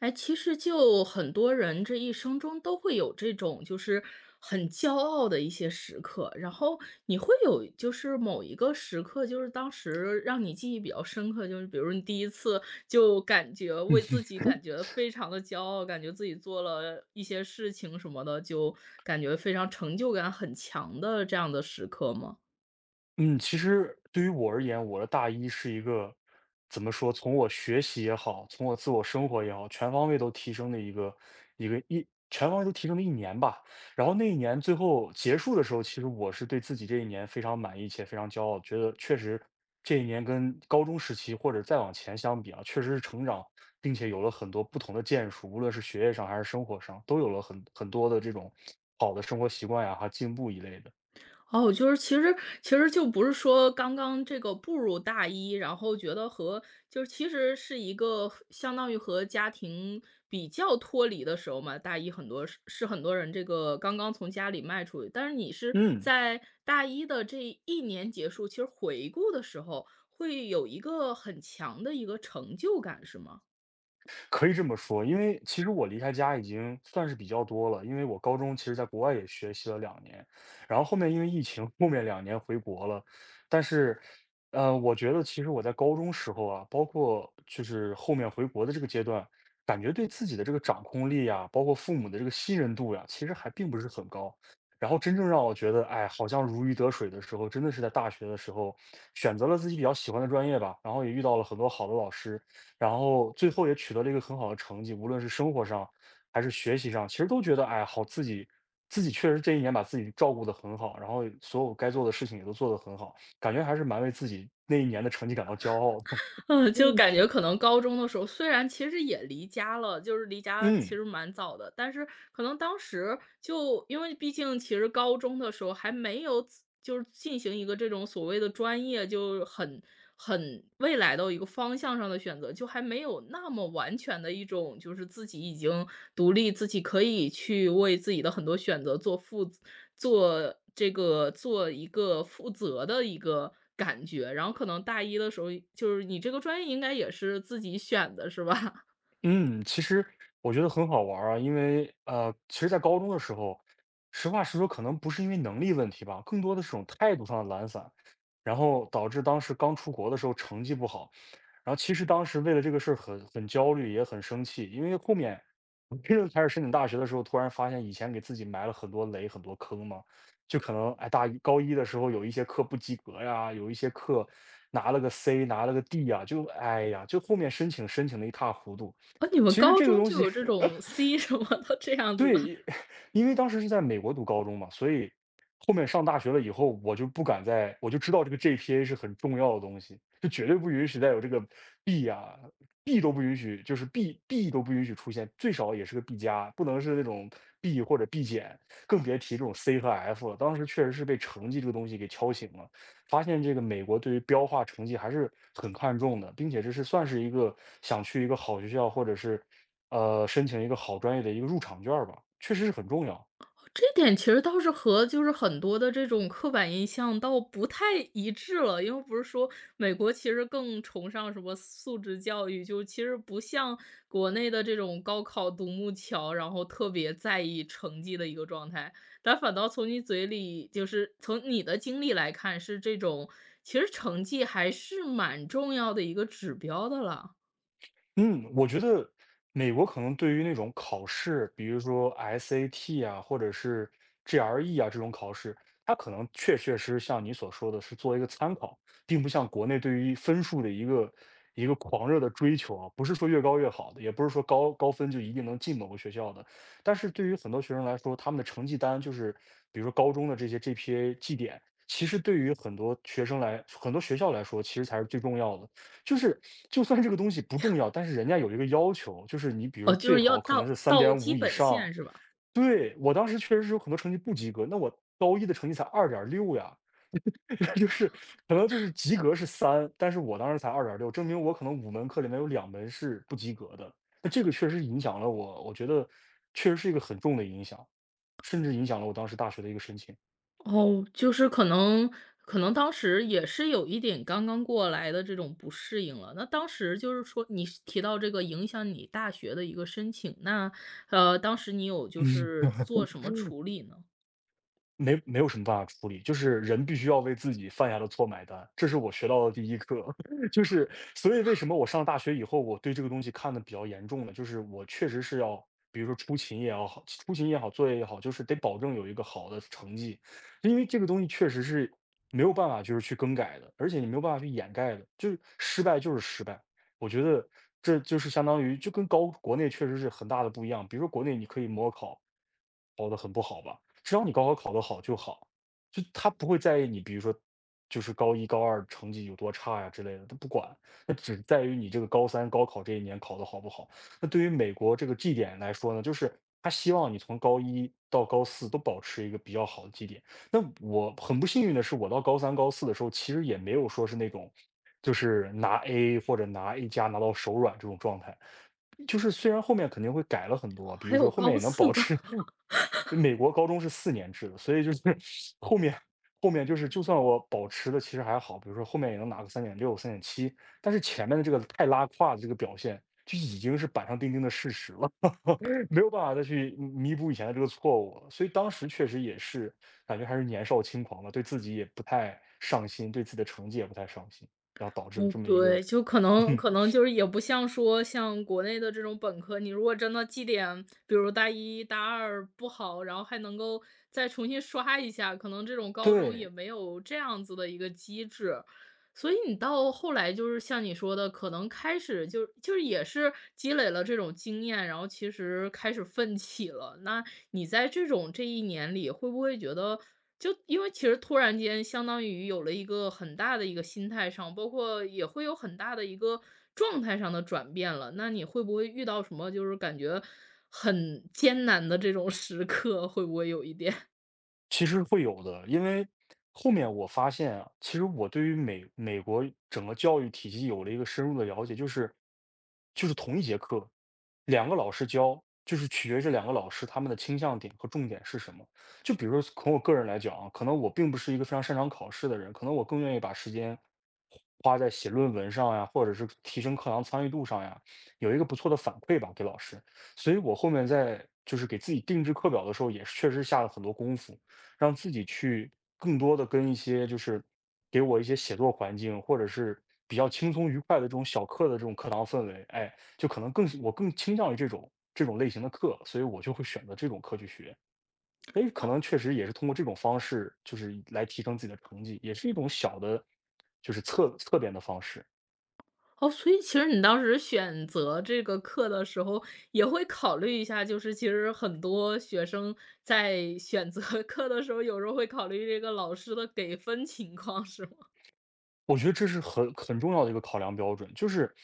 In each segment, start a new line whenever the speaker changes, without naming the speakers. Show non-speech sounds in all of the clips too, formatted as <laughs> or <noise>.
哎，其实就很多人这一生中都会有这种就是很骄傲的一些时刻。然后你会有就是某一个时刻，就是当时让你记忆比较深刻。就是比如你第一次就感觉为自己感觉非常的骄傲，感觉自己做了一些事情什么的，就感觉非常成就感很强的这样的时刻吗？
嗯，其实对于我而言，我的大一是一个怎么说，从我学习也好，从我自我生活也好，全方位都提升的一个一个一全方位都提升了一年吧。然后那一年最后结束的时候，其实我是对自己这一年非常满意且非常骄傲，觉得确实这一年跟高中时期或者再往前相比啊，确实是成长，并且有了很多不同的建树，无论是学业上还是生活上，都有了很多的这种好的生活习惯呀、和进步一类的。
哦，就是其实就不是说刚刚这个步入大一，然后觉得和就是其实是一个相当于和家庭比较脱离的时候嘛。大一很多是很多人这个刚刚从家里迈出去，但是你是
嗯。
在大一的这一年结束，其实回顾的时候会有一个很强的一个成就感，是吗？
可以这么说，因为其实我离开家已经算是比较多了，因为我高中其实在国外也学习了两年，然后后面因为疫情，后面两年回国了。但是，我觉得其实我在高中时候啊，包括就是后面回国的这个阶段，感觉对自己的这个掌控力呀，包括父母的这个信任度呀，其实还并不是很高。然后真正让我觉得，哎，好像如鱼得水的时候，真的是在大学的时候，选择了自己比较喜欢的专业吧，然后也遇到了很多好的老师，然后最后也取得了一个很好的成绩，无论是生活上还是学习上，其实都觉得哎，好自己确实这一年把自己照顾得很好，然后所有该做的事情也都做得很好，感觉还是蛮为自己那一年的成绩感到骄傲的。
嗯，就
<laughs>
感觉可能高中的时候，虽然其实也离家了，就是离家其
嗯。
实蛮早的，但是可能当时就因为毕竟其实高中的时候还没有就是进行一个这种所谓的专业，就很未来的一个方向上的选择，就还没有那么完全的一种就是自己已经独立，自己可以去为自己的很多选择做负做这个做一个负责的一个感觉。然后可能大一的时候，就是你这个专业应该也是自己选的是吧？<laughs>
嗯，其实我觉得很好玩儿啊。因为其实，在高中的时候，实话实说，可能不是因为能力问题吧，更多的是种态度上的懒散，然后导致当时刚出国的时候成绩不好，然后其实当时为了这个事儿很焦虑，也很生气。因为后面我 <laughs> 真正开始申请大学的时候，突然发现以前给自己埋了很多雷、很多坑嘛，就可能哎，大一高一的时候有一些课不及格呀，有一些课拿了个 C，拿了个 D 呀，就哎呀，就后面申请申请的一塌糊涂。
啊，你们
其实
高
这个
中
东
就
西。
有这
<laughs>
种 C 什么的这样子的。
对，因为当时是在美国读高中嘛，所以后面上大学了以后，我就不敢再，我就知道这个 GPA 是很重要的东西，就绝对不允许再有这个 B 啊，B 都不允许，就是 B 都不允许出现，最少也是个 B 加，不能是那种 B 或者 B 减，更别提这种 C 和 F 了。当时确实是被成绩这个东西给敲醒了。发现这个美国对于标化成绩还是很看重的，并且这是算是一个想去一个好学校，或者是申请一个好专业的一个入场券儿吧，确实是很重要。
这点其实倒是和就是很多的这种刻板印象倒不太一致了，因为不是说美国其实更崇尚什么素质教育，就其实不像国内的这种高考独木桥，然后特别在意成绩的一个状态。但反倒从你嘴里，就是从你的经历来看，是这种其实成绩还是蛮重要的一个指标的了。
嗯，我觉得美国可能对于那种考试，比如说 SAT 啊，或者是 GRE 啊这种考试，它可能确确实实像你所说的是做一个参考，并不像国内对于分数的一个狂热的追求啊，不是说越高越好的，也不是说高分就一定能进某个学校的。但是对于很多学生来说，他们的成绩单就是，比如说高中的这些 GPA 绩点，其实对于很多学校来说，其实才是最重要的。就是就算这个东西不重要，但是人家有一个要求，就是你比如说
哦，就
最
是要
好可能是
到
三
到
点五
基
以
本
上。
线是吧？
对，我当时确实是有很多成绩不及格，那我高一的成绩才二点六呀。<laughs> 就是可能就是及格是三，但是我当时才二点六，证明我可能5门课里面有2门是不及格的。那这个确实影响了我，我觉得确实是一个很重的影响，甚至影响了我当时大学的一个申请。
哦，就是可能当时也是有一点刚刚过来的这种不适应了。那当时就是说你是提到这个影响你大学的一个申请，那，当时你有就
<laughs>
是做什么
嗯。
处
<laughs>
理呢？
没有什么办法处理，就是人必须要为自己犯下的错买单，这是我学到的第一课。<laughs> 就是所以为什么我上大学以后，我对这个东西看得比较严重呢？就是我确实是要，比如说出勤也要好，出勤也好，作业也好，就是得保证有一个好的成绩，因为这个东西确实是没有办法就是去更改的，而且你没有办法去掩盖的，就是失败就是失败。我觉得这就是相当于就跟国内确实是很大的不一样，比如说国内你可以模考考得很不好吧。只要你高考考得好就好，就他不会在意你，比如说就是高一高二成绩有多差呀之类的，他不管，那只在于你这个高三高考这一年考得好不好。那对于美国这个绩点来说呢，就是他希望你从高一到高四都保持一个比较好的绩点。那我很不幸运的是，我到高三高四的时候，其实也没有说是那种就是拿 A 或者拿 A 加拿到手软这种状态。就是虽然后面肯定会改了很多，比如
还
说
有
后面也
高
能
四
保
的。
持 <laughs> 美国高中是4年制的，所以就是 <laughs> 后面后面就是就算我保持的其实还好，比如说后面也能拿个3.6、3.7，但是前面的这个太拉胯的这个表现，就已经是板上钉钉的事实了，<laughs> 没有办法再去弥补以前的这个错误了。所以当时确实也是感觉还是年少轻狂吧，对自己也不太上心，对自己的成绩也不太上心，然后导致了
哦，
这么一个。
对，就可能可
<laughs>
能就是也不像说像国内的这种本科，你如果真的绩点，比如大一大二不好，然后还能够再重新刷一下，可能这种高中也
对。
没有这样子的一个机制。所以你到后来就是像你说的，可能开始就是也是积累了这种经验，然后其实开始奋起了。那你在这种这一年里，会不会觉得就因为其实突然间相当于有了一个很大的一个心态上，包括也会有很大的一个状态上的转变了。那你会不会遇到什么就是感觉很艰难的这种时刻？会不会有一点？
其实会有的，因为后面我发现啊，其实我对于美国整个教育体系有了一个深入的了解，就是同一节课，两个老师教，就是取决于这两个老师他们的倾向点和重点是什么。就比如说从我个人来讲啊，可能我并不是一个非常擅长考试的人，可能我更愿意把时间花在写论文上呀，或者是提升课堂参与度上呀，有一个不错的反馈吧给老师。所以我后面在就是给自己定制课表的时候，也是确实下了很多功夫。让自己去更多的跟一些就是给我一些写作环境，或者是比较轻松愉快的这种小课的这种课堂氛围，哎，就可能我更倾向于这种类型的课，所以我就会选择这种课去学。哎，可能
<laughs>
确实也是通过这种方式，就是来提升自己的成绩，也是一种小的，就是侧边的方式。
哦，所以其实你当时选择这个课的时候，也会考虑一下，就是其实很多学生在选择 <laughs> 课的时候，有时候会考虑这个老师的给分情况，是吗？
我觉得这是很重要的一个考量标准，就是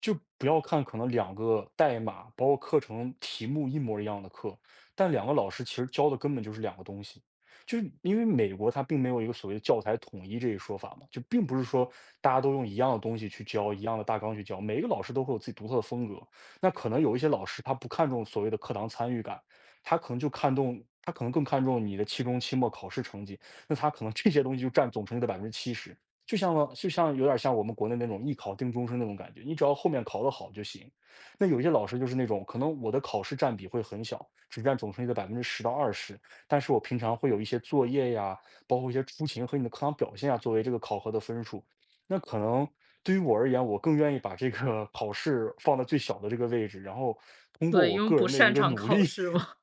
就不要看可能2个代码，包括课程题目一模一样的课，但两个老师其实教的根本就是2个东西。就是因为美国它并没有一个所谓的教材统一这一说法嘛，就并不是说大家都用一样的东西去教，一样的大纲去教，每一个老师都会有自己独特的风格。那可能有一些老师他不看重所谓的课堂参与感，他可能就看重，他可能更看重你的期中、期末考试成绩，那他可能这些东西就占总成绩的百分之七十。就像有点像我们国内那种"一考定终身"那种感觉，你只要后面考得好就行。那有些老师就是那种，可能我的考试占比会很小，只占总成绩的10%到20%，但是我平常会有一些作业呀，包括一些出勤和你的课堂表现啊，作为这个考核的分数。那可能对于我而言，我更愿意把这个考试放在最小的这个位置，然后
<laughs>
通过
对，
我
因为
个
不
人的一
擅
个
长
努
考
力
试嘛。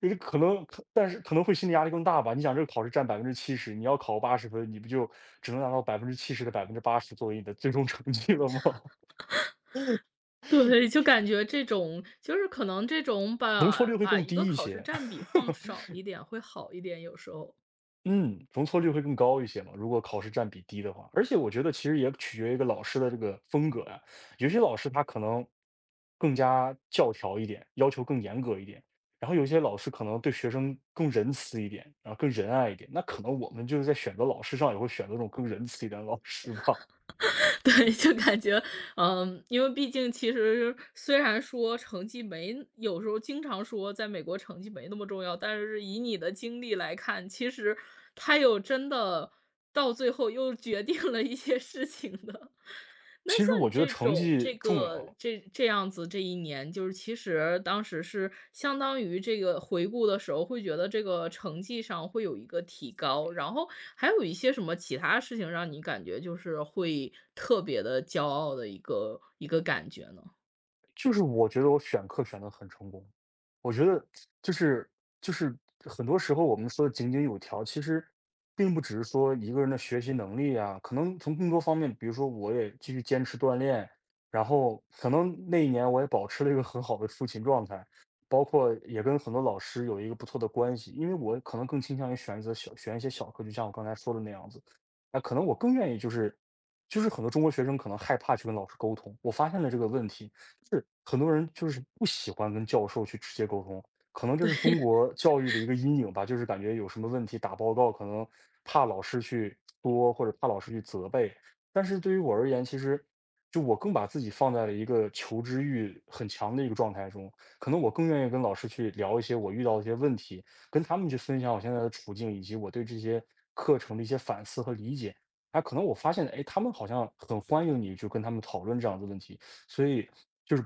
就是可能可但是可能会心理压力更大吧。你想这个考试占百分之七十，你要考80分，你不就只能拿到百分之七十的80%作为你的最终成绩了吗？<laughs>
<laughs> 对，就感觉这种就是可能这种
容错率
把
会
把
更
一个
低一
考试
些，
占比
<laughs>
放少一点会好一点，有时候。
嗯，容错率会更高一些嘛，如果考试占比低的话。而且我觉得其实也取决于一个老师的这个风格呀，有些老师他可能更加教条一点，要求更严格一点，然后有些老师可能对学生更仁慈一点，然后更仁爱一点，那可能我们就是在选择老师上也会选择这种更仁慈一点的老师吧。
<laughs> 对，就感觉，嗯，因为毕竟其实虽然说成绩没有时候经常说在美国成绩没那么重要，但是以你的经历来看，其实它有真的到最后又决定了一些事情的。<laughs> 那
其实
像
我
你
觉得
这
成
种
绩
这
重
个
要，
这样子，这一年就是其实当时是相当于这个回顾的时候，会觉得这个成绩上会有一个提高，然后还有一些什么其他事情让你感觉就是会特别的骄傲的一个感觉呢？
就是我觉得我选课选的很成功，我觉得就是就是很多时候我们说的井井有条，其实并不只是说一个人的学习能力啊，可能从更多方面，比如说我也继续坚持锻炼，然后可能那一年我也保持了一个很好的出勤状态，包括也跟很多老师有一个不错的关系，因为我可能更倾向于选择选一些小课，就像我刚才说的那样子，那可能我更愿意就是。就是很多中国学生可能害怕去跟老师沟通，我发现了这个问题，是，很多人就是不喜欢跟教授去直接沟通，可能这是中国教育的一个阴影吧，就是感觉有什么问题打报告，可能怕老师去多，或者怕老师去责备。但是对于我而言，其实就我更把自己放在了一个求知欲很强的一个状态中，可能我更愿意跟老师去聊一些我遇到的一些问题，跟他们去分享我现在的处境，以及我对这些课程的一些反思和理解。哎，可能我发现，哎，他们好像很欢迎你去跟他们讨论这样的问题，所以就是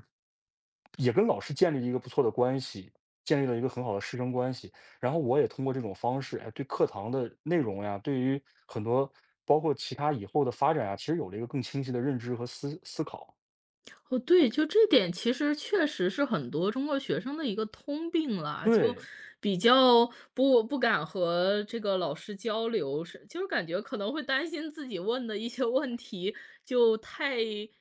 也跟老师建立一个不错的关系，建立了一个很好的师生关系。然后我也通过这种方式，哎，对课堂的内容呀，对于很多包括其他以后的发展呀，其实有了一个更清晰的认知和思考。
哦，对，就这点其实确实是很多中国学生的一个通病啦，就
对，
比较不敢和这个老师交流，是就是感觉可能会担心自己问的一些问题就太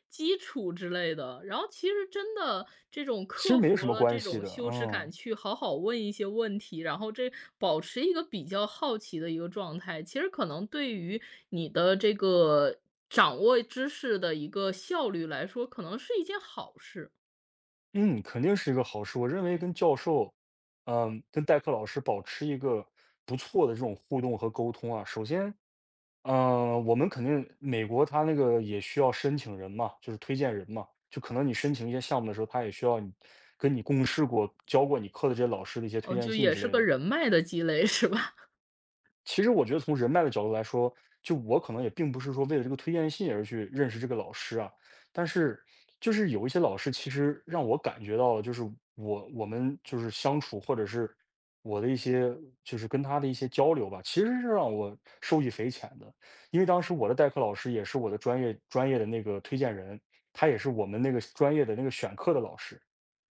基础之类的。然后其实真的这种
其实
克
没什
服
么
了
关
这
系
种
的，
羞耻感，
嗯
去好好问一些问题，然后保持一个比较好奇的一个状态，其实可能对于你的这个，掌握知识的一个效率来说，可能是一件好事。
嗯，肯定是一个好事。我认为跟教授，嗯，跟代课老师保持一个不错的这种互动和沟通啊，首先嗯我们肯定美国它那个也需要申请人嘛，就是推荐人嘛，就可能你申请一些项目的时候，他也需要你跟你共事过、教过你课的这些老师的一些推
哦，
荐
就
信
也
之
是
类
个
的。
人脉的积累，是吧？
其实我觉得从人脉的角度来说，就我可能也并不是说为了这个推荐信而去认识这个老师啊，但是就是有一些老师其实让我感觉到，就是我们就是相处或者是我的一些就是跟他的一些交流吧，其实是让我受益匪浅的。因为当时我的代课老师也是我的专业的那个推荐人，他也是我们那个专业的那个选课的老师。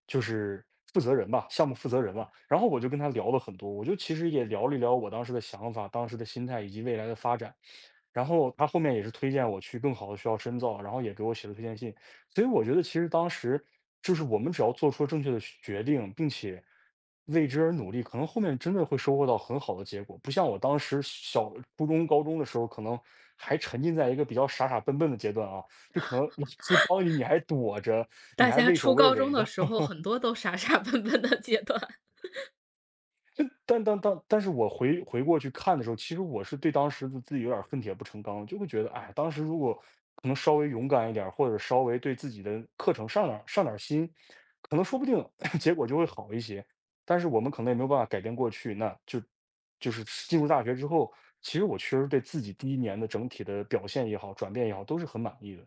就是负责人吧，项目负责人吧，然后我就跟他聊了很多，我就其实也聊了一聊我当时的想法、当时的心态以及未来的发展。然后他后面也是推荐我去更好的学校深造，然后也给我写了推荐信。所以我觉得其实当时就是我们只要做出正确的决定，并且为之而努力，可能后面真的会收获到很好的结果。不像我当时小、初中、高中的时候，可能还沉浸在一个比较傻傻笨笨的阶段啊，就可能老师帮你，你还躲着，
<laughs>
你
大
还
家
畏首
初
畏
高中
尾
的
的，
时候很多都傻傻 <laughs> 笨笨的阶段。
但是我回过去看的时候，其实我是对当时的自己有点儿恨铁不成钢，就会觉得，哎，当时如果可能稍微勇敢一点儿或者稍微对自己的课程上点儿心，可能说不定 <laughs> 结果就会好一些。但是我们可能也没有办法改变过去，那就就是进入大学之后，其实我确实对自己第一年的整体的表现也好，转变也好，都是很满意的。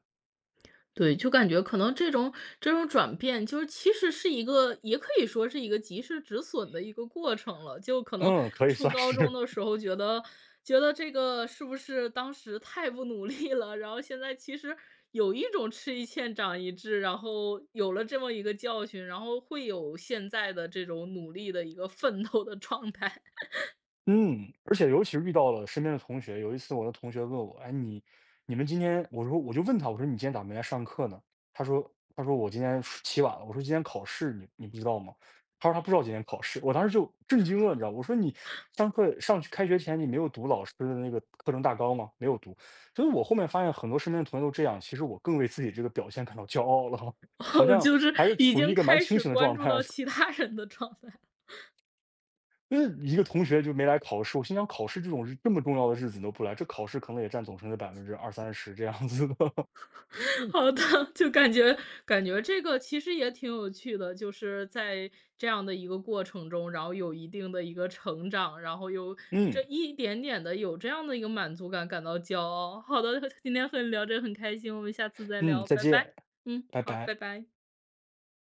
对，就感觉可能这种转变，就是其实是一个，也可以说是一个及时止损的一个过程了。就可能
嗯，可以
初
算
高中
是。
的时候觉得这个是不是当时太不努力了，然后现在其实有一种吃一堑长一智，然后有了这么一个教训，然后会有现在的这种努力的一个奋斗的状态。
嗯，而且尤其是遇到了身边的同学，有一次我的同学问我："哎，你们今天？"我说我就问他，我说："你今天咋没来上课呢？"他说："他说我今天睡起晚了。"我说："今天考试，你不知道吗？"他说："他不知道今天考试。"我当时就震惊了，你知道我说："你上课上去开学前，你没有读老师的那个课程大纲吗？没有读。"所以，我后面发现很多身边的同学都这样，其实我更为自己这个表现感到骄傲了，<laughs> 好
<laughs>
像
就是
还是
已
处于一
经
个蛮
开
清
始
醒的
关
状
注
态。
到其他人的状态。
嗯，一个同学就没来考试，我心想考试这种日这么重要的日子你都不来，这考试可能也占总成的20%到30%这样子的。<laughs>
好的，就感觉这个其实也挺有趣的，就是在这样的一个过程中，然后有一定的一个成长，然后有
嗯，
这一点点的有这样的一个满足感，感到骄傲。好的，今天和你聊着很开心，我们下次再
嗯，
聊，
再
拜拜。
见，
嗯，
拜
好，拜
拜。
拜。